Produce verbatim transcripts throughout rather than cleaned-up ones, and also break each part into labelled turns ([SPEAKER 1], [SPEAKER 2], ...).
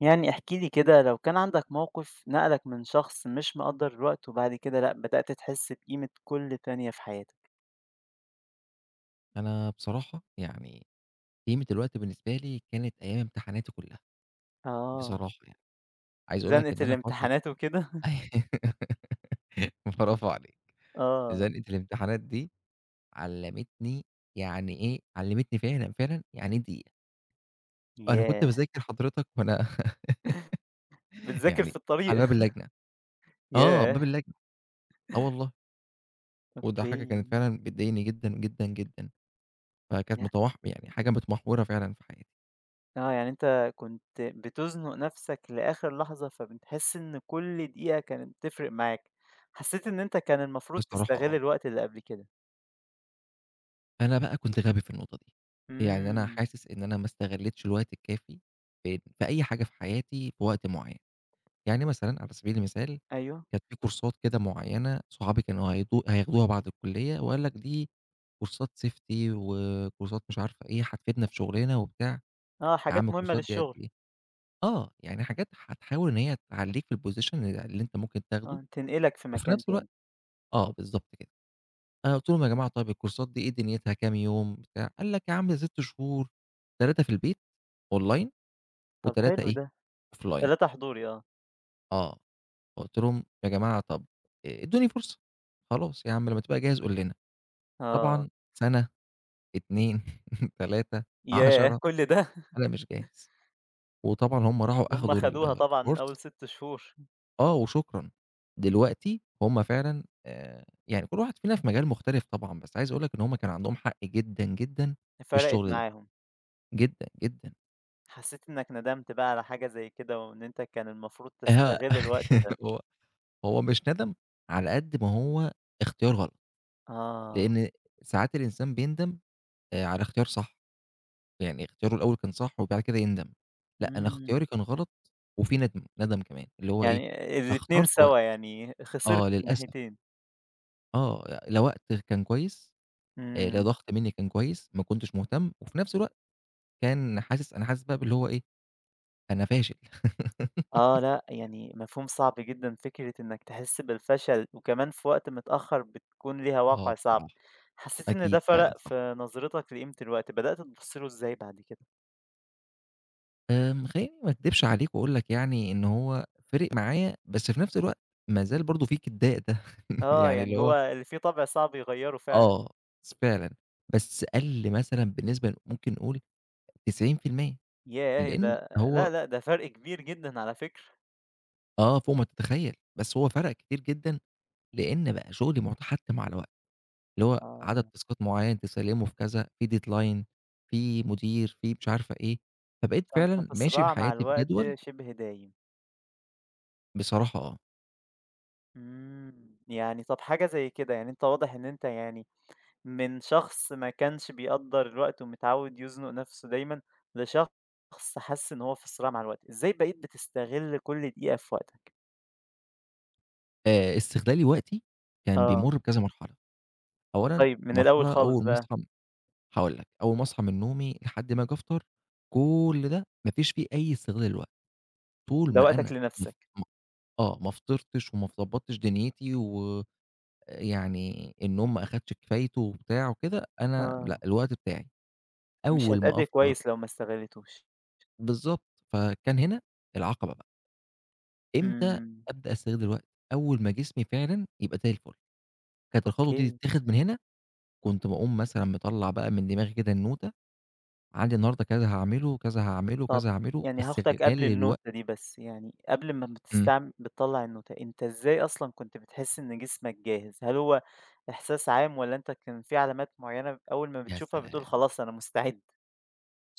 [SPEAKER 1] يعني احكِ لي كده لو كان عندك موقف نقلك من شخص مش مقدّر الوقت وبعد كده لأ، بدأت تحس بقيمة كل ثانية في حياتك؟
[SPEAKER 2] أنا بصراحة يعني قيمة الوقت بالنسبة لي كانت أيام امتحاناتي كلّها،
[SPEAKER 1] آه،
[SPEAKER 2] بصراحة يعني، عايز أقول لك
[SPEAKER 1] زنقة
[SPEAKER 2] إن أنا فترة
[SPEAKER 1] الامتحانات وكده؟
[SPEAKER 2] برافو عليك،
[SPEAKER 1] آه،
[SPEAKER 2] زنقة الامتحانات دي علّمتني يعني إيه، علّمتني فعلًا، فعلًا يعني إيه دقيقة، أنا كنت
[SPEAKER 1] ياه!
[SPEAKER 2] باذاكر حضرتك وأنا
[SPEAKER 1] بتذاكر
[SPEAKER 2] يعني
[SPEAKER 1] في
[SPEAKER 2] على
[SPEAKER 1] الطريق
[SPEAKER 2] باب اللجنة، آه، باب
[SPEAKER 1] ياه!
[SPEAKER 2] اللجنة، آه والله، وده حاجة كانت
[SPEAKER 1] أوكي.
[SPEAKER 2] فعلًا بتضايقني جدًا، جدًا، جدًا، فكانت
[SPEAKER 1] يع
[SPEAKER 2] متوح يعني حاجة متمحورة فعلًا في حياتي،
[SPEAKER 1] آه، يعني أنت كنت بتزنق نفسك لآخر لحظة، فبتحس إن كل دقيقة كانت بتفرق معاك، حسيت إن أنت كان المفروض
[SPEAKER 2] بصراحة آه.
[SPEAKER 1] تستغل الوقت اللي قبل كده.
[SPEAKER 2] أنا بقى كنت غبي في النقطة دي، يعني أنا
[SPEAKER 1] إمم،
[SPEAKER 2] حاسس إن أنا ما استغلّيتش الوقت الكافي في في أي حاجة في حياتي في وقت معيّن، يعني مثلًا على سبيل المثال
[SPEAKER 1] أيوه،
[SPEAKER 2] كانت في كورسات كده معيّنة صحابي كانوا هياخدو هياخدوها بعد الكلية وقال لك دي كورسات safety وكورسات مش عارفة إيه، هتفيدنا في شغلنا وبتاع،
[SPEAKER 1] آه،
[SPEAKER 2] يا عم
[SPEAKER 1] حاجات مهمة
[SPEAKER 2] الكورسات دي قد
[SPEAKER 1] للشغل،
[SPEAKER 2] إيه؟ آه، يعني حاجات هتحاول إن هي تعلّيك في الposition اللي أنت ممكن تاخده
[SPEAKER 1] آه، تنقلك في
[SPEAKER 2] وفي
[SPEAKER 1] مكان
[SPEAKER 2] نفس الوقت
[SPEAKER 1] تاني.
[SPEAKER 2] آه، بالضبط كده. أنا قُلت لهم: "يا جماعة طيب الكورسات دي إيه دنيتها كام يوم بتاع؟" قال لك: "يا عم ستة شهور تلاتة في البيت online
[SPEAKER 1] طب
[SPEAKER 2] و3
[SPEAKER 1] حلو
[SPEAKER 2] إيه
[SPEAKER 1] ده،
[SPEAKER 2] offline."
[SPEAKER 1] ثلاثة حضوري آه،
[SPEAKER 2] آه، فقُلت لهم: "يا جماعة طب إيه، ادوني فرصة، خلاص يا عم لمّا تبقى جاهز قُل لنا."
[SPEAKER 1] آه،
[SPEAKER 2] طبعًا سَنة، اتنين، تلاتة،
[SPEAKER 1] ياه!
[SPEAKER 2] عشرة
[SPEAKER 1] كل ده!
[SPEAKER 2] أنا مش جاهز، وطبعًا هم راحوا
[SPEAKER 1] هُم
[SPEAKER 2] أخدوا ال
[SPEAKER 1] خدوها طبعًا من
[SPEAKER 2] الكورس
[SPEAKER 1] أول ستة شهور،
[SPEAKER 2] آه، وشكرًا. دلوقتي هم فعلًا آآ، يعني كل واحد فينا في مجال مختلف طبعًا، بس عايز أقول لك إن هم كان عندهم حق جدًا، جدًا في
[SPEAKER 1] فرقت
[SPEAKER 2] الشغل ده.
[SPEAKER 1] معاهم،
[SPEAKER 2] جدًا، جدًا.
[SPEAKER 1] حسيت إنك ندمت بقى على حاجة زي كده وإن أنت كان المفروض
[SPEAKER 2] ها
[SPEAKER 1] تستغل الوقت ده،
[SPEAKER 2] هو هو مش ندم على قد ما هو اختيار غلط،
[SPEAKER 1] آه،
[SPEAKER 2] لإن ساعات الإنسان بيندم آآ على اختيار صح، يعني اختياره الأول كان صح وبعد كده يندم، لأ أنا
[SPEAKER 1] إمم،
[SPEAKER 2] اختياري كان غلط وفي ندم، ندم كمان اللي هو إيه،
[SPEAKER 1] يعني
[SPEAKER 2] أنا
[SPEAKER 1] الاتنين
[SPEAKER 2] اخترت وق
[SPEAKER 1] سوا يعني خسرت
[SPEAKER 2] آه
[SPEAKER 1] في
[SPEAKER 2] للأسف،
[SPEAKER 1] الناحيتين،
[SPEAKER 2] آه لا وقت كان كويس، آآ لا
[SPEAKER 1] إمم،
[SPEAKER 2] ضغط مني كان كويس، ما كنتش مهتم، وفي نفس الوقت كان حاسس أنا حاسس بقى باللي هو إيه، أنا فاشل.
[SPEAKER 1] آه، لأ يعني مفهوم صعب جدًا فكرة إنك تحس بالفشل وكمان في وقت متأخر بتكون ليها
[SPEAKER 2] آه
[SPEAKER 1] واقع صعب،
[SPEAKER 2] بصراحة،
[SPEAKER 1] حسيت إن ده
[SPEAKER 2] أكيد فعلًا
[SPEAKER 1] فرق
[SPEAKER 2] صح.
[SPEAKER 1] في نظرتك لقيمة الوقت، بدأت تبُص له إزاي بعد كده؟
[SPEAKER 2] آمم، خلّيني ما اكدبش عليك وأقول لك يعني إن هو فِرِق معايا، بس في نفس الوقت ما زال برضه في كدّاء ده
[SPEAKER 1] آه،
[SPEAKER 2] يعني اللي
[SPEAKER 1] يعني هو
[SPEAKER 2] هو
[SPEAKER 1] اللي فيه طبع صعب يغيّره فعلًا.
[SPEAKER 2] آه، س فعلًا، بس قَل مثلًا بالنسبة ممكن نقول تسعين في المئة
[SPEAKER 1] ياه!
[SPEAKER 2] لإن
[SPEAKER 1] ده
[SPEAKER 2] هو
[SPEAKER 1] لأ، لأ، ده فرق كبير جدًا على فكرة.
[SPEAKER 2] آه، فوق ما تتخيّل، بس هو فرَق كتير جدًا، لإن بقى شغلي مُتحَتّم على الوقت، اللي هو عدد
[SPEAKER 1] آه.
[SPEAKER 2] تاسكات معيّن تسلّمه في كذا، في deadline في مدير، في مش عارفة إيه، فبقيت
[SPEAKER 1] فأنت
[SPEAKER 2] فعلًا
[SPEAKER 1] في
[SPEAKER 2] ماشي في
[SPEAKER 1] صراع مع
[SPEAKER 2] حياتي في
[SPEAKER 1] الوقت
[SPEAKER 2] جدول
[SPEAKER 1] شِبه دايم.
[SPEAKER 2] بصراحة آه.
[SPEAKER 1] إمم، يعني طَب حاجة زي كده، يعني أنت واضح إن أنت يعني من شخص ما كانش بيقدّر الوقت ومتعوّد يزنق نَفْسه دايمًا، لشخص حَس إن هو في صراع مع الوقت. إزاي بقيت بتستغل كل دقيقة في وقتك؟
[SPEAKER 2] آآ استغلالي وقتي كان
[SPEAKER 1] آه،
[SPEAKER 2] بيمُر بكذا مرحلة، أولًا
[SPEAKER 1] طيب من الأول
[SPEAKER 2] مرحلة
[SPEAKER 1] خالص
[SPEAKER 2] أول ما
[SPEAKER 1] بقى،
[SPEAKER 2] أصحى هاقول لك، أول ما أصحى من نومي لحد ما آجي أفطر، كل ده ما فيش فيه أي استغلال للوقت، طول
[SPEAKER 1] ده
[SPEAKER 2] ما
[SPEAKER 1] وقتك
[SPEAKER 2] أنا مف
[SPEAKER 1] لنَفْسك.
[SPEAKER 2] م آه، ما فطرتش وما ضبّطتش دنيتي ويعني النوم ما أخدش كفايته وبتاع وكده، أنا لأ،
[SPEAKER 1] آه،
[SPEAKER 2] الوقت بتاعي،
[SPEAKER 1] مش
[SPEAKER 2] أول ما
[SPEAKER 1] هتأدّي
[SPEAKER 2] أفطر
[SPEAKER 1] كويس لو ما استغلّيتوش.
[SPEAKER 2] بالضبط، فكان هنا العقبة بقى، إمتى
[SPEAKER 1] إمم.
[SPEAKER 2] أبدأ أستغل الوقت؟ أول ما جسمي فعلًا يبقى زي الفل، كانت الخطوة دي
[SPEAKER 1] أوكي،
[SPEAKER 2] تتاخد من هنا كنت باقوم مثلًا مطلّع بقى من دماغي كده النوتة، عندي النهارده كذا هاعمله، كذا هاعمله، كذا
[SPEAKER 1] طَب
[SPEAKER 2] هاعمله،
[SPEAKER 1] يعني هاخدك قبل
[SPEAKER 2] فاستغلالي للوقت
[SPEAKER 1] النُّوتة دي بس، يعني قبل ما
[SPEAKER 2] إمم.
[SPEAKER 1] بتستعم بتطلّع النوتة، أنت إزاي أصلًا كنت بتحس إن جسمك جاهز؟ هل هو إحساس عام والّا أنت كان في علامات معيّنة أول ما
[SPEAKER 2] يا
[SPEAKER 1] بتشوفها بتقول
[SPEAKER 2] سلام!
[SPEAKER 1] خلاص أنا مستعد؟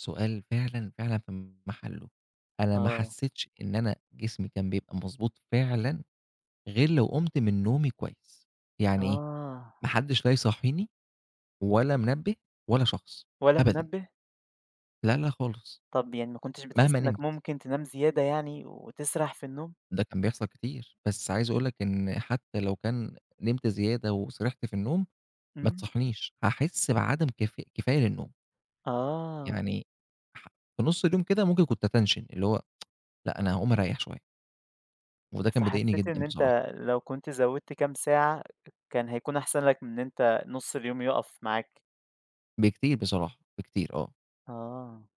[SPEAKER 2] سؤال فعلًا، فعلًا في محله. أنا ما
[SPEAKER 1] آه،
[SPEAKER 2] حسيتش إن أنا جسمي كان بيبقى مضبوط فعلًا غير لو قُمت من نومي كويس. يعني إيه،
[SPEAKER 1] آه،
[SPEAKER 2] ما حدش لا يصحّيني ولا منبه ولا شخص
[SPEAKER 1] ولا
[SPEAKER 2] أبدًا،
[SPEAKER 1] منبه؟
[SPEAKER 2] لا، لا خالص،
[SPEAKER 1] طَب يعني ما كنتش بتحس
[SPEAKER 2] مهما
[SPEAKER 1] إنك
[SPEAKER 2] نمت.
[SPEAKER 1] ممكن تنام زيادة يعني وتسرح في النوم؟
[SPEAKER 2] ده كان بيحصل كتير، بس عايز أقول لك إن حتى لو كان نمت زيادة وسرحت في النوم ما
[SPEAKER 1] إمم،
[SPEAKER 2] تصحنيش، هاحس بعدم كف كفاية للنوم،
[SPEAKER 1] آه، ي
[SPEAKER 2] يعني ح في نُص اليوم كده ممكن كنت أتنشن، اللي هو لأ أنا هاقوم أريّح شوية، وده كان بيضايقني
[SPEAKER 1] فحسيت
[SPEAKER 2] جدًا
[SPEAKER 1] إن
[SPEAKER 2] بصراحة،
[SPEAKER 1] أنت لو كنت زوّدت كام ساعة كان هيكون أحسن لك من إن أنت نُص اليوم يُقف معاك.
[SPEAKER 2] بكتير بصراحة، بكتير آه،
[SPEAKER 1] آه.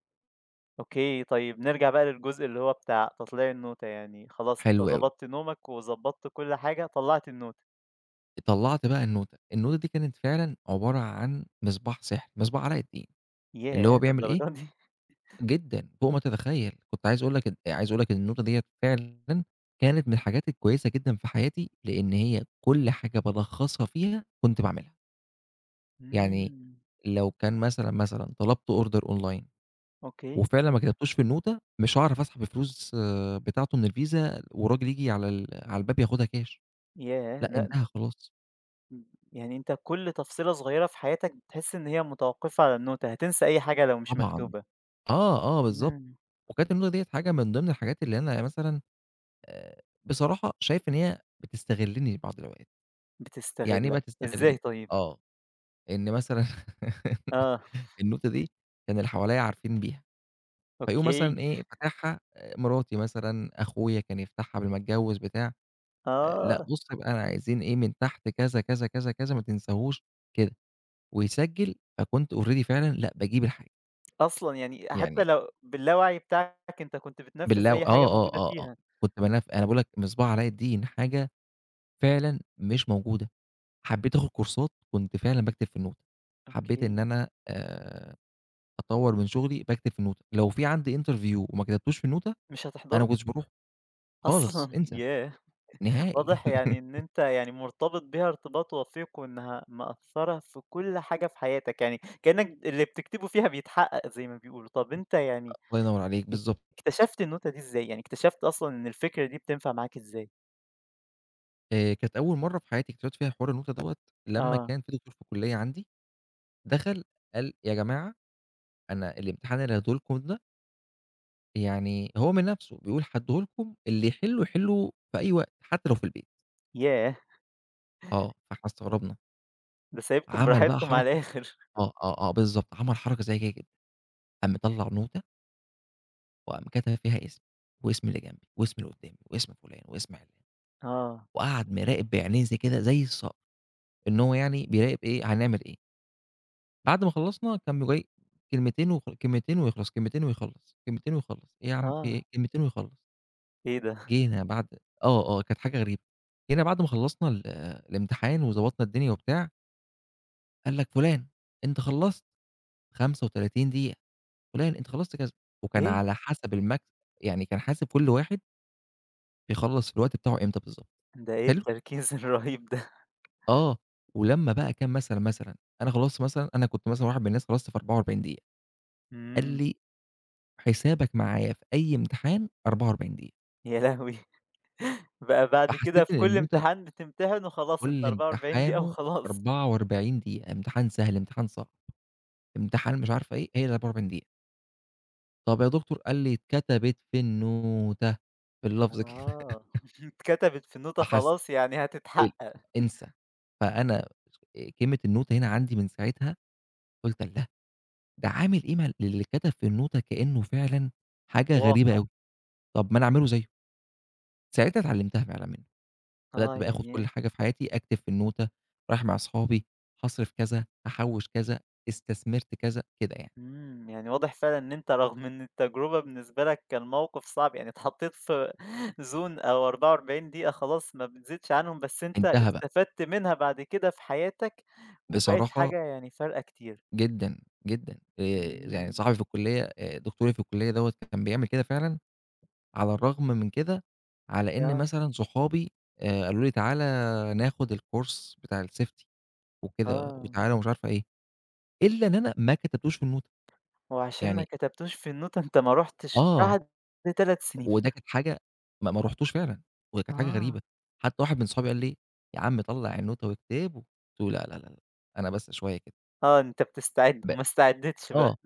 [SPEAKER 1] أوكي، طيب نرجع بقى للجزء اللي هو بتاع تطليع النوتة، يعني خلاص أنت
[SPEAKER 2] حلو أوي.
[SPEAKER 1] ضبطت نومك وضبطت كل حاجة، طلّعت النوتة،
[SPEAKER 2] طلّعت بقى النوتة، النوتة دي كانت فعلًا عبارة عن مصباح سحري، مصباح علاء الدين، اللي هو
[SPEAKER 1] ياه
[SPEAKER 2] بيعمل إيه
[SPEAKER 1] للدرجة دي!
[SPEAKER 2] جدًا، فوق ما تتخيّل، كنت عايز أقول لك ال عايز أقول لك إن النوتة ديّة فعلًا كانت من الحاجات الكويسة جدًا في حياتي، لإن هي كل حاجة بالخّصها فيها كنت باعملها. يعني
[SPEAKER 1] إمم،
[SPEAKER 2] لو كان مثلًا، مثلًا طلبت order online
[SPEAKER 1] أوكي،
[SPEAKER 2] وفعلًا ما كتبتوش في النوتة، مش هاعرف أسحب الفلوس آه، بتاعته من الفيزا والراجل ييجي على ال على الباب ياخدها كاش،
[SPEAKER 1] ياه!
[SPEAKER 2] لأ
[SPEAKER 1] لأ،
[SPEAKER 2] انتهى خلاص.
[SPEAKER 1] م يعني أنت كل تفصيلة صغيرة في حياتك بتحس إن هي متوقفة على النوتة، هتنسى أي حاجة لو مش
[SPEAKER 2] طبعًا.
[SPEAKER 1] مكتوبة،
[SPEAKER 2] آه، آه بالضبط.
[SPEAKER 1] إمم،
[SPEAKER 2] وكانت النوتة ديّة حاجة من ضمن الحاجات اللي أنا مثلًا آآ بصراحة شايف إن هي بتستغلني بعض الأوقات. يعني إيه
[SPEAKER 1] بتستغلك،
[SPEAKER 2] بقى
[SPEAKER 1] إزاي
[SPEAKER 2] تستغلني؟
[SPEAKER 1] طيب؟
[SPEAKER 2] آه. إن مثلًا
[SPEAKER 1] آه،
[SPEAKER 2] النوتة دي كان اللي حواليّا عارفين بيها. فيقوم
[SPEAKER 1] أوكي،
[SPEAKER 2] مثلًا إيه فاتحها آآ، مراتي مثلًا، أخويا كان يفتحها قبل ما أتجوّز بتاع، آآ، لأ
[SPEAKER 1] آه،
[SPEAKER 2] بُص بقى انا عايزين إيه من تحت كذا، كذا، كذا، كذا ما تنساهوش كده، ويسجّل فكنت already فعلًا لأ باجيب الحاجة،
[SPEAKER 1] أصلًا يعني حتى
[SPEAKER 2] يعني
[SPEAKER 1] لو باللاوعي بتاعك أنت كنت بتنفذ
[SPEAKER 2] بالله و
[SPEAKER 1] أي حاجة
[SPEAKER 2] آه، آه،
[SPEAKER 1] موجودة
[SPEAKER 2] آه، آه،
[SPEAKER 1] فيها،
[SPEAKER 2] كنت بانف أنا باقول لك مصباح علاء الدين حاجة فعلًا مش موجودة، حبّيت آخُد كورسات كنت فعلًا باكتب في النوتة، حبّيت إن
[SPEAKER 1] أوكي،
[SPEAKER 2] أنا آآ، أطوّر من شغلي باكتب في النوتة، لو في عندي interview وما كتبتوش في النوتة،
[SPEAKER 1] مش
[SPEAKER 2] أنا ما
[SPEAKER 1] هتحضره؟
[SPEAKER 2] كنتش باروحه
[SPEAKER 1] أصلًا!
[SPEAKER 2] خالص، انسى
[SPEAKER 1] ياه!
[SPEAKER 2] نهائي.
[SPEAKER 1] واضح يعني إن أنت يعني مرتبط بيها ارتباط وثيق، وإنها مأثّرة في كل حاجة في حياتك، يعني كإنّك اللي بتكتبه فيها بيتحقق زي ما بيقولوا. طَب أنت يعني
[SPEAKER 2] الله ينور عليك، بالضبط.
[SPEAKER 1] اكتشفت النوتة دي إزاي؟ يعني اكتشفت أصلًا إن الفكرة دي بتنفع معاك إزاي؟
[SPEAKER 2] آآ كانت أول مرّة في حياتي اكتشفت فيها حوار النوتة دوّة لمّا
[SPEAKER 1] آه،
[SPEAKER 2] كان في دكتور في الكلية عندي دخل قال: "يا جماعة أنا الامتحان اللي هادّيه لكم ده يعني هو من نَفْسه بيقول هادّيه لكم اللي يحِلّه يحِلّه في أي وقت حتى لو في البيت."
[SPEAKER 1] ياه!
[SPEAKER 2] آه، فإحنا استغربنا.
[SPEAKER 1] ده سايبكم
[SPEAKER 2] عمل بقى
[SPEAKER 1] براحتكم على
[SPEAKER 2] حركة
[SPEAKER 1] الآخر.
[SPEAKER 2] آه، آه، آه بالضبط، عمل حركة ذكية جدًا، قام مطلّع نوتة وقام كتب فيها اسمي واسم اللي جنبي واسم اللي قُدّامي واسم فُلان واسم عِلّان
[SPEAKER 1] آه،
[SPEAKER 2] وقعد مراقب بعينيه زي كده زي الصقر، إن هو يعني بيراقب إيه هنعمل إيه. بعد ما خلّصنا كان جاي كلمتين وخ كلمتين ويخلص، كلمتين ويخلص، كلمتين ويخلص، إيه يا عم في إيه؟
[SPEAKER 1] آه،
[SPEAKER 2] كلمتين ويخلص.
[SPEAKER 1] إيه ده؟
[SPEAKER 2] جينا بعد آه، آه، كانت حاجة غريبة. جينا بعد ما خلّصنا ال الامتحان وضبطنا الدنيا وبتاع، قال لك: "فُلان أنت خلّصت خمسة وتلاتين دقيقة، فُلان أنت خلّصت كذا." وكان
[SPEAKER 1] إيه!
[SPEAKER 2] على حسب الماكس يعني كان حاسب كل واحد بيخلّص في الوقت بتاعه إمتى بالضبط.
[SPEAKER 1] ده إيه
[SPEAKER 2] حلو؟
[SPEAKER 1] التركيز الرهيب ده!
[SPEAKER 2] آه. ولمّا بقى كان مثلًا، مثلًا أنا خلّصت مثلًا أنا كنت مثلًا واحد من الناس خلّصت في أربعة وأربعين دقيقة، قال
[SPEAKER 1] إمم،
[SPEAKER 2] لي حسابك معايا في أي امتحان أربعة وأربعين دقيقة،
[SPEAKER 1] يا لهوي! بقى بعد كده
[SPEAKER 2] فحسيت
[SPEAKER 1] في
[SPEAKER 2] إن
[SPEAKER 1] كل
[SPEAKER 2] النوتة
[SPEAKER 1] امتحان بتمتحن وخلاص أنت
[SPEAKER 2] كل
[SPEAKER 1] أربعة وأربعين دقيقة
[SPEAKER 2] امتحانه
[SPEAKER 1] وخلاص.
[SPEAKER 2] أربعة وأربعين دقيقة، امتحان سهل، امتحان صعب، امتحان مش عارفة إيه، هي ال44 دقيقة. طب يا دكتور قال لي اتكتبت في النوتة، باللفظ كده
[SPEAKER 1] آه، اتكتبت في النوتة
[SPEAKER 2] فحس
[SPEAKER 1] خلاص يعني
[SPEAKER 2] إيه،
[SPEAKER 1] هتتحقق،
[SPEAKER 2] انسى. فأنا كلمة النوتة هنا عندي من ساعتها قُلت الله! ده عامل قيمة للي كتب في النوتة كإنه فعلًا حاجة غريبة
[SPEAKER 1] واقع.
[SPEAKER 2] أوي، طب ما أنا أعمله زيه. ساعتها اتعلمتها فعلًا منه.
[SPEAKER 1] آه،
[SPEAKER 2] بدأت بقى آخُد
[SPEAKER 1] يعني
[SPEAKER 2] كل
[SPEAKER 1] هي
[SPEAKER 2] حاجة في حياتي، أكتب في النوتة، رايح مع أصحابي، هاصرف كذا، هاحوّش كذا، استثمرت كذا، كده يعني.
[SPEAKER 1] إمم، يعني واضح فعلًا إن أنت رغم إن التجربة بالنسبة لك كان موقف صعب، يعني اتحطيت في زون أو أربعة وأربعين دقيقة خلاص ما بتزيدش عنهم، بس أنت
[SPEAKER 2] انتهى بقى.
[SPEAKER 1] استفدت منها بعد كده في حياتك، وبقت
[SPEAKER 2] بصراحة
[SPEAKER 1] حاجة يعني فارقة كتير.
[SPEAKER 2] جدًا، جدًا آآ يعني
[SPEAKER 1] إمم،
[SPEAKER 2] صاحبي في الكلية آآ دكتوري في الكلية دوّة كان بيعمل كده فعلًا، على الرغم من كده على إن
[SPEAKER 1] ياه!
[SPEAKER 2] مثلًا صحابي آآ قالوا لي: "تعالَ ناخد الcourse بتاع الsafety وكده
[SPEAKER 1] آه،
[SPEAKER 2] وتعالَ" ومش عارفة إيه، إلا إن أنا ما كتبتوش في النوتة.
[SPEAKER 1] وعشان ما
[SPEAKER 2] يعني
[SPEAKER 1] كتبتوش في النوتة أنت ما رُحتش
[SPEAKER 2] آه.
[SPEAKER 1] بعد ثلاث سنين.
[SPEAKER 2] وده كانت حاجة ما ما رُحتوش فعلًا، وهي كانت حاجة
[SPEAKER 1] آه،
[SPEAKER 2] غريبة، حتى واحد من صحابي قال لي: "يا عم طلّع النوتة واكتبه." قُلت له: "لا، لا، لا، لأ، أنا بس شوية كده."
[SPEAKER 1] آه، أنت بتستعد
[SPEAKER 2] ب
[SPEAKER 1] وما استعدتش بقى.
[SPEAKER 2] آه،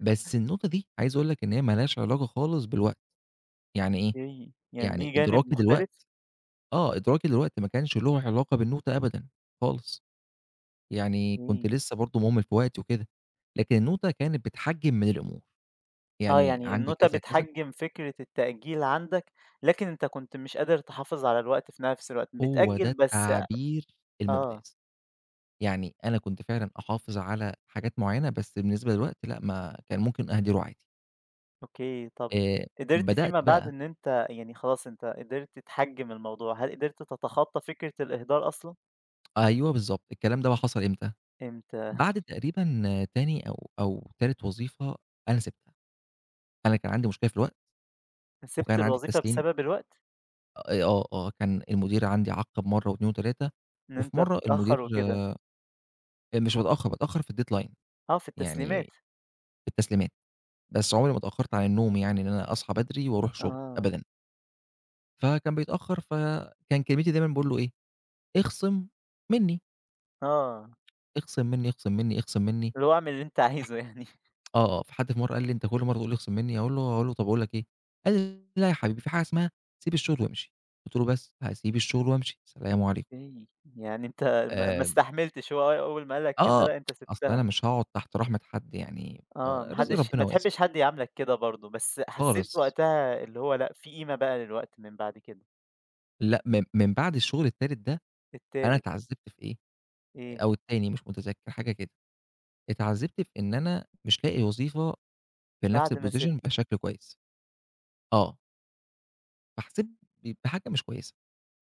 [SPEAKER 2] بس النوتة دي عايز أقول لك إن هي ما لهاش علاقة خالص بالوقت، يعني إيه؟
[SPEAKER 1] أوكي، يعني
[SPEAKER 2] يعني
[SPEAKER 1] دي جانب
[SPEAKER 2] إدراكي دلوقت
[SPEAKER 1] مختلف؟
[SPEAKER 2] آه، إدراكي دلوقتي ما كانش له علاقة بالنوتة أبدًا خالص، يعني كنت
[SPEAKER 1] إمم،
[SPEAKER 2] لسه برضه مهمل في وقتي وكده، لكن النوتة كانت بتحجم من الأمور،
[SPEAKER 1] آه،
[SPEAKER 2] يعني
[SPEAKER 1] يعني
[SPEAKER 2] عندي
[SPEAKER 1] النوتة
[SPEAKER 2] كذا، كذا،
[SPEAKER 1] بتحجّم فكرة التأجيل عندك، لكن أنت كنت مش قادر تحافظ على الوقت في نفس الوقت،
[SPEAKER 2] هو ده
[SPEAKER 1] بتأجّل بس
[SPEAKER 2] التعبير
[SPEAKER 1] آه،
[SPEAKER 2] الممتاز. يعني أنا كنت فعلًا أحافظ على حاجات معيّنة، بس بالنسبة للوقت لأ، ما كان ممكن أهدره عادي.
[SPEAKER 1] أوكي، طَب
[SPEAKER 2] آآ
[SPEAKER 1] قدرت
[SPEAKER 2] بدأت
[SPEAKER 1] فيما بعد
[SPEAKER 2] بقى
[SPEAKER 1] إن أنت يعني خلاص أنت قدرت تحجّم الموضوع، هل قدرت تتخطى فكرة الإهدار أصلًا؟
[SPEAKER 2] أيوه بالضبط، الكلام ده بقى حصل إمتى؟
[SPEAKER 1] إمتى
[SPEAKER 2] بعد تقريبًا آه، تاني أو أو تالت وظيفة أنا سِبتها. أنا كان عندي مشكلة في الوقت،
[SPEAKER 1] سِبت
[SPEAKER 2] وكان عندي
[SPEAKER 1] الوظيفة
[SPEAKER 2] التسليم
[SPEAKER 1] بسبب الوقت؟
[SPEAKER 2] آآ آه، آه، كان المدير عندي عَقّب مرّة و2 و3،
[SPEAKER 1] إن
[SPEAKER 2] وفي
[SPEAKER 1] أنت
[SPEAKER 2] مرّة
[SPEAKER 1] بتتأخر
[SPEAKER 2] المدير
[SPEAKER 1] وكده،
[SPEAKER 2] آآ مش باتأخّر، باتأخّر في الdeadline
[SPEAKER 1] آه، في
[SPEAKER 2] يعني
[SPEAKER 1] التسليمات،
[SPEAKER 2] في التسليمات، بس عمري ما اتأخّرت عن النوم يعني إن أنا أصحى بدري وأروح شغلي
[SPEAKER 1] آه،
[SPEAKER 2] أبدًا. فكان بيتأخّر، فكان كلمتي دايمًا باقول له إيه؟ اخصم منّي،
[SPEAKER 1] آه،
[SPEAKER 2] اخصم منّي، اخصم منّي، اخصم منّي
[SPEAKER 1] اللي هو اعمل اللي أنت
[SPEAKER 2] لح
[SPEAKER 1] عايزه يعني.
[SPEAKER 2] آه، آه، فحد في مرّة قال لي: "أنت كل مرّة تقول لي اخصم منّي." أقول له أقول له: "طب أقول لك إيه؟" قال لي: "لا يا حبيبي في حاجة اسمها سيب الشغل وامشي." قُلت له: "بس هاسيب الشغل وامشي، سلام عليكم."
[SPEAKER 1] أوكي، يعني أنت ما ما
[SPEAKER 2] آمم
[SPEAKER 1] استحملتش هو أو أول ما قال لك كده
[SPEAKER 2] آه،
[SPEAKER 1] لأ أنت
[SPEAKER 2] أصل
[SPEAKER 1] سِبتها،
[SPEAKER 2] أنا مش هاقعد تحت رحمة حد يعني
[SPEAKER 1] آه،
[SPEAKER 2] آآ
[SPEAKER 1] ما
[SPEAKER 2] رزق
[SPEAKER 1] حدش
[SPEAKER 2] ربنا
[SPEAKER 1] ما
[SPEAKER 2] واسع
[SPEAKER 1] تحبش حد يعاملك كده برضه، بس حسيت
[SPEAKER 2] خالص.
[SPEAKER 1] وقتها اللي هو لأ في قيمة بقى للوقت من بعد كده.
[SPEAKER 2] لأ، من من بعد الشغل التالت ده أنا
[SPEAKER 1] التالت
[SPEAKER 2] اتعذّبت في إيه،
[SPEAKER 1] إيه؟
[SPEAKER 2] أو التاني مش متذكّر حاجة كده، اتعذّبت في إن أنا مش لاقي وظيفة في نفس
[SPEAKER 1] بعد ما
[SPEAKER 2] الposition
[SPEAKER 1] سِبته،
[SPEAKER 2] بشكل كويس. آه. فحسيت ب بحاجة مش كويسة.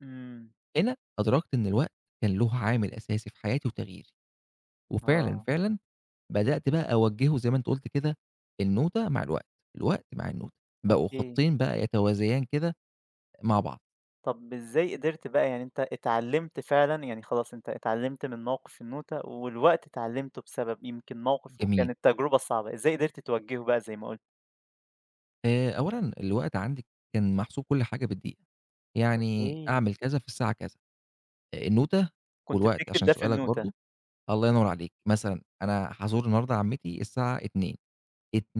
[SPEAKER 1] إمم،
[SPEAKER 2] هنا أدركت إن الوقت كان له عامل أساسي في حياتي وتغييري، وفعلًا،
[SPEAKER 1] آه،
[SPEAKER 2] فعلًا بدأت بقى أوجّهه زي ما أنت قُلت كده، النوتة مع الوقت، الوقت مع النوتة، بقوا
[SPEAKER 1] أوكي،
[SPEAKER 2] خطين بقى يتوازيان كده مع بعض.
[SPEAKER 1] طَب إزاي قدرت بقى يعني أنت اتعلمت فعلًا، يعني خلاص أنت اتعلمت من موقف النوتة والوقت اتعلمته بسبب يمكن موقف
[SPEAKER 2] جميل.
[SPEAKER 1] وكانت تجربة صعبة، إزاي قدرت تواجهه بقى زي ما قُلت؟
[SPEAKER 2] آآ أولًا الوقت عندي كان محسوب كل حاجة بالدقيقة، يعني
[SPEAKER 1] أوكي،
[SPEAKER 2] أعمل كذا في الساعة كذا. آآ النوتة
[SPEAKER 1] كنت
[SPEAKER 2] والوقت
[SPEAKER 1] بتكتب
[SPEAKER 2] عشان
[SPEAKER 1] ده في
[SPEAKER 2] سؤالك
[SPEAKER 1] النوتة،
[SPEAKER 2] برضه، الله ينور عليك، مثلًا أنا هازور النهارده عمتي الساعة اتنين،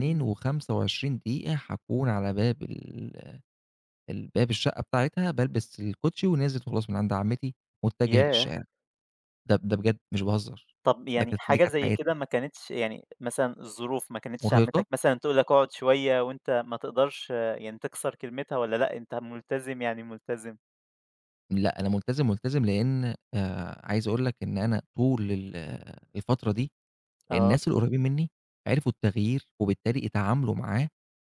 [SPEAKER 1] إمم،
[SPEAKER 2] هاكون على باب ال ال باب الشقة بتاعتها بالبس الكوتشي ونازل وخلاص من عند عمتي متجه
[SPEAKER 1] ياه!
[SPEAKER 2] للشارع، ده ده بجد مش باهزر،
[SPEAKER 1] طب
[SPEAKER 2] ده
[SPEAKER 1] يعني
[SPEAKER 2] كانت دي
[SPEAKER 1] حاجة
[SPEAKER 2] كانت
[SPEAKER 1] زي
[SPEAKER 2] حياتي،
[SPEAKER 1] كده ما كانتش يعني مثلًا الظروف ما كانتش
[SPEAKER 2] مرهقة،
[SPEAKER 1] عمّتك مثلًا تقول لك اقعد شوية وأنت ما تقدرش آه، يعني تكسر كلمتها والّا لأ أنت ملتزم يعني ملتزم؟
[SPEAKER 2] لأ أنا ملتزم، ملتزم لإن آآ عايز أقول لك إن أنا طول ال آه، الفترة دي
[SPEAKER 1] آه،
[SPEAKER 2] الناس القريبين مني عرفوا التغيير، وبالتالي اتعاملوا معاه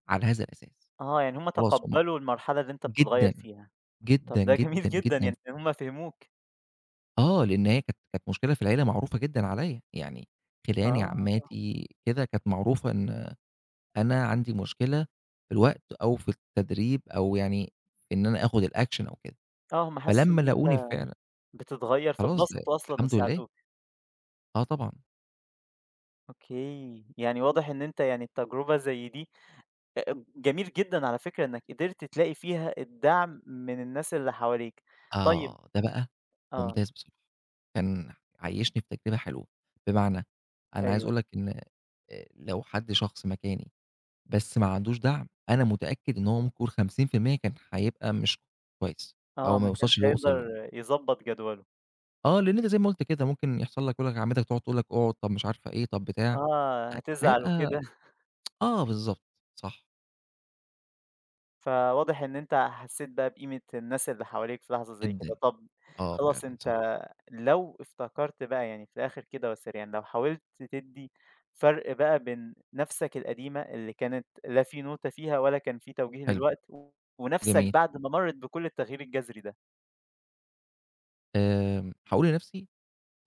[SPEAKER 2] على هذا الأساس،
[SPEAKER 1] آه، يعني هُم
[SPEAKER 2] خلاص هم
[SPEAKER 1] تقبّلوا المرحلة اللي أنت بتتغيّر
[SPEAKER 2] جدًا،
[SPEAKER 1] فيها، طب
[SPEAKER 2] جدًا،
[SPEAKER 1] ده جميل
[SPEAKER 2] جدًا،
[SPEAKER 1] جدًا
[SPEAKER 2] جدًا،
[SPEAKER 1] يعني هُم فهموك،
[SPEAKER 2] آه لإن هي كانت كانت مشكلة في العيلة معروفة جدًا عليَّ، يعني خِلاني،
[SPEAKER 1] آه،
[SPEAKER 2] عماتي، كده كانت معروفة إن أنا عندي مشكلة في الوقت أو في التدريب أو يعني إن أنا آخُد الأكشن أو كده،
[SPEAKER 1] آه، هُم حسّوا
[SPEAKER 2] فلمّا
[SPEAKER 1] إن
[SPEAKER 2] لاقوني
[SPEAKER 1] أنت
[SPEAKER 2] فعلًا
[SPEAKER 1] بتتغيّر
[SPEAKER 2] خلاص ده
[SPEAKER 1] فاتبسطوا أصلًا
[SPEAKER 2] الحمد لله،
[SPEAKER 1] وساعدوك،
[SPEAKER 2] آه طبعًا،
[SPEAKER 1] أوكي، يعني واضح إن أنت يعني التجربة زي دي أ جميل جدًا على فكرة إنك قدرت تلاقي فيها الدعم من الناس اللي حواليك، طيب
[SPEAKER 2] آه، ده بقى
[SPEAKER 1] آه،
[SPEAKER 2] ممتاز بصراحة، كان عيّشني في تجربة حلوة، بمعنى أنا عايز
[SPEAKER 1] أيوه.
[SPEAKER 2] أقول لك إن آآ لو حد شخص مكاني بس ما عندوش دعم، أنا متأكد إن هو ممكن خمسين في المئة كان هيبقى مش كويس
[SPEAKER 1] آه،
[SPEAKER 2] أو ما
[SPEAKER 1] ما
[SPEAKER 2] يوصلش
[SPEAKER 1] كانش
[SPEAKER 2] اللي هو وصل له،
[SPEAKER 1] هيقدر يضبّط جدوله.
[SPEAKER 2] آه، لأن أنت زي ما قُلت كده ممكن يحصل لك يقول لك عمتك تقعد تقول لك اقعد، طَب مش عارفة إيه، طَب بتاع،
[SPEAKER 1] آه، هتزعل
[SPEAKER 2] هيبقى
[SPEAKER 1] وكده،
[SPEAKER 2] آه بالضبط، صح
[SPEAKER 1] فواضح إن أنت حسّيت بقى بقيمة الناس اللي حواليك في لحظة زي كده.
[SPEAKER 2] جدًا،
[SPEAKER 1] طَب
[SPEAKER 2] آه
[SPEAKER 1] خلاص
[SPEAKER 2] فعلًا صح،
[SPEAKER 1] أنت لو افتكرت بقى يعني في الآخر كده وسريعًا، لو حاولت تدّي فرق بقى بين نَفْسك القديمة اللي كانت لا في نوتة فيها ولا كان في توجيه
[SPEAKER 2] حلو،
[SPEAKER 1] للوقت، ونَفْسك
[SPEAKER 2] جميل.
[SPEAKER 1] بعد ما مرّت بكل التغيير الجذري ده.
[SPEAKER 2] آمم، هاقول لنفسي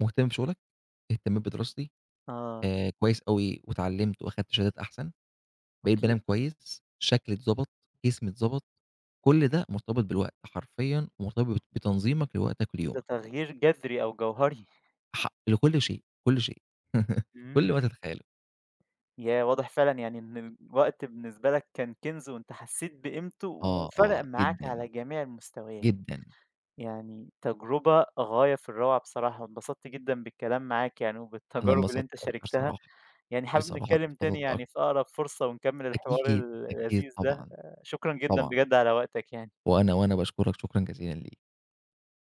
[SPEAKER 2] مهتم بشغلك، اهتميت بدراستي،
[SPEAKER 1] آه،
[SPEAKER 2] آآ كويس أوي واتعلمت وأخدت شهادات أحسن، بقيت
[SPEAKER 1] أوكي،
[SPEAKER 2] بانام كويس، شكلي اتضبط، جسمي اتضبط، كل ده مرتبط بالوقت، حرفيًا مرتبط بتنظيمك لوقتك
[SPEAKER 1] ده
[SPEAKER 2] وليومك،
[SPEAKER 1] تغيير جذري أو جوهري.
[SPEAKER 2] ح لكل شيء، كل شيء،
[SPEAKER 1] إمم.
[SPEAKER 2] كل ما تتخيله.
[SPEAKER 1] ياه! واضح فعلًا يعني إن الوقت بالنسبة لك كان كنز وأنت حسيت بقيمته
[SPEAKER 2] آه،
[SPEAKER 1] وفرق
[SPEAKER 2] آه،
[SPEAKER 1] معاك
[SPEAKER 2] جدًا،
[SPEAKER 1] على جميع المستويات،
[SPEAKER 2] جدًا،
[SPEAKER 1] يعني تجربة غاية في الروعة بصراحة، واتبسطت جدًا بالكلام معاك يعني
[SPEAKER 2] أنا
[SPEAKER 1] وبالتجارب اللي
[SPEAKER 2] انبسطت
[SPEAKER 1] أنت
[SPEAKER 2] أكتر
[SPEAKER 1] شاركتها،
[SPEAKER 2] صراحة،
[SPEAKER 1] يعني حابب
[SPEAKER 2] بصراحة
[SPEAKER 1] نتكلم تاني
[SPEAKER 2] اتبسطت
[SPEAKER 1] يعني
[SPEAKER 2] أكتر،
[SPEAKER 1] في أقرب فرصة ونكمل الحوار
[SPEAKER 2] أكيد،
[SPEAKER 1] ال
[SPEAKER 2] أكيد
[SPEAKER 1] اللذيذ ده،
[SPEAKER 2] طبعًا،
[SPEAKER 1] آآ شكرًا جدًا
[SPEAKER 2] طبعًا.
[SPEAKER 1] بجد على وقتك يعني.
[SPEAKER 2] وأنا وأنا باشكرك شكرًا جزيلًا ليك.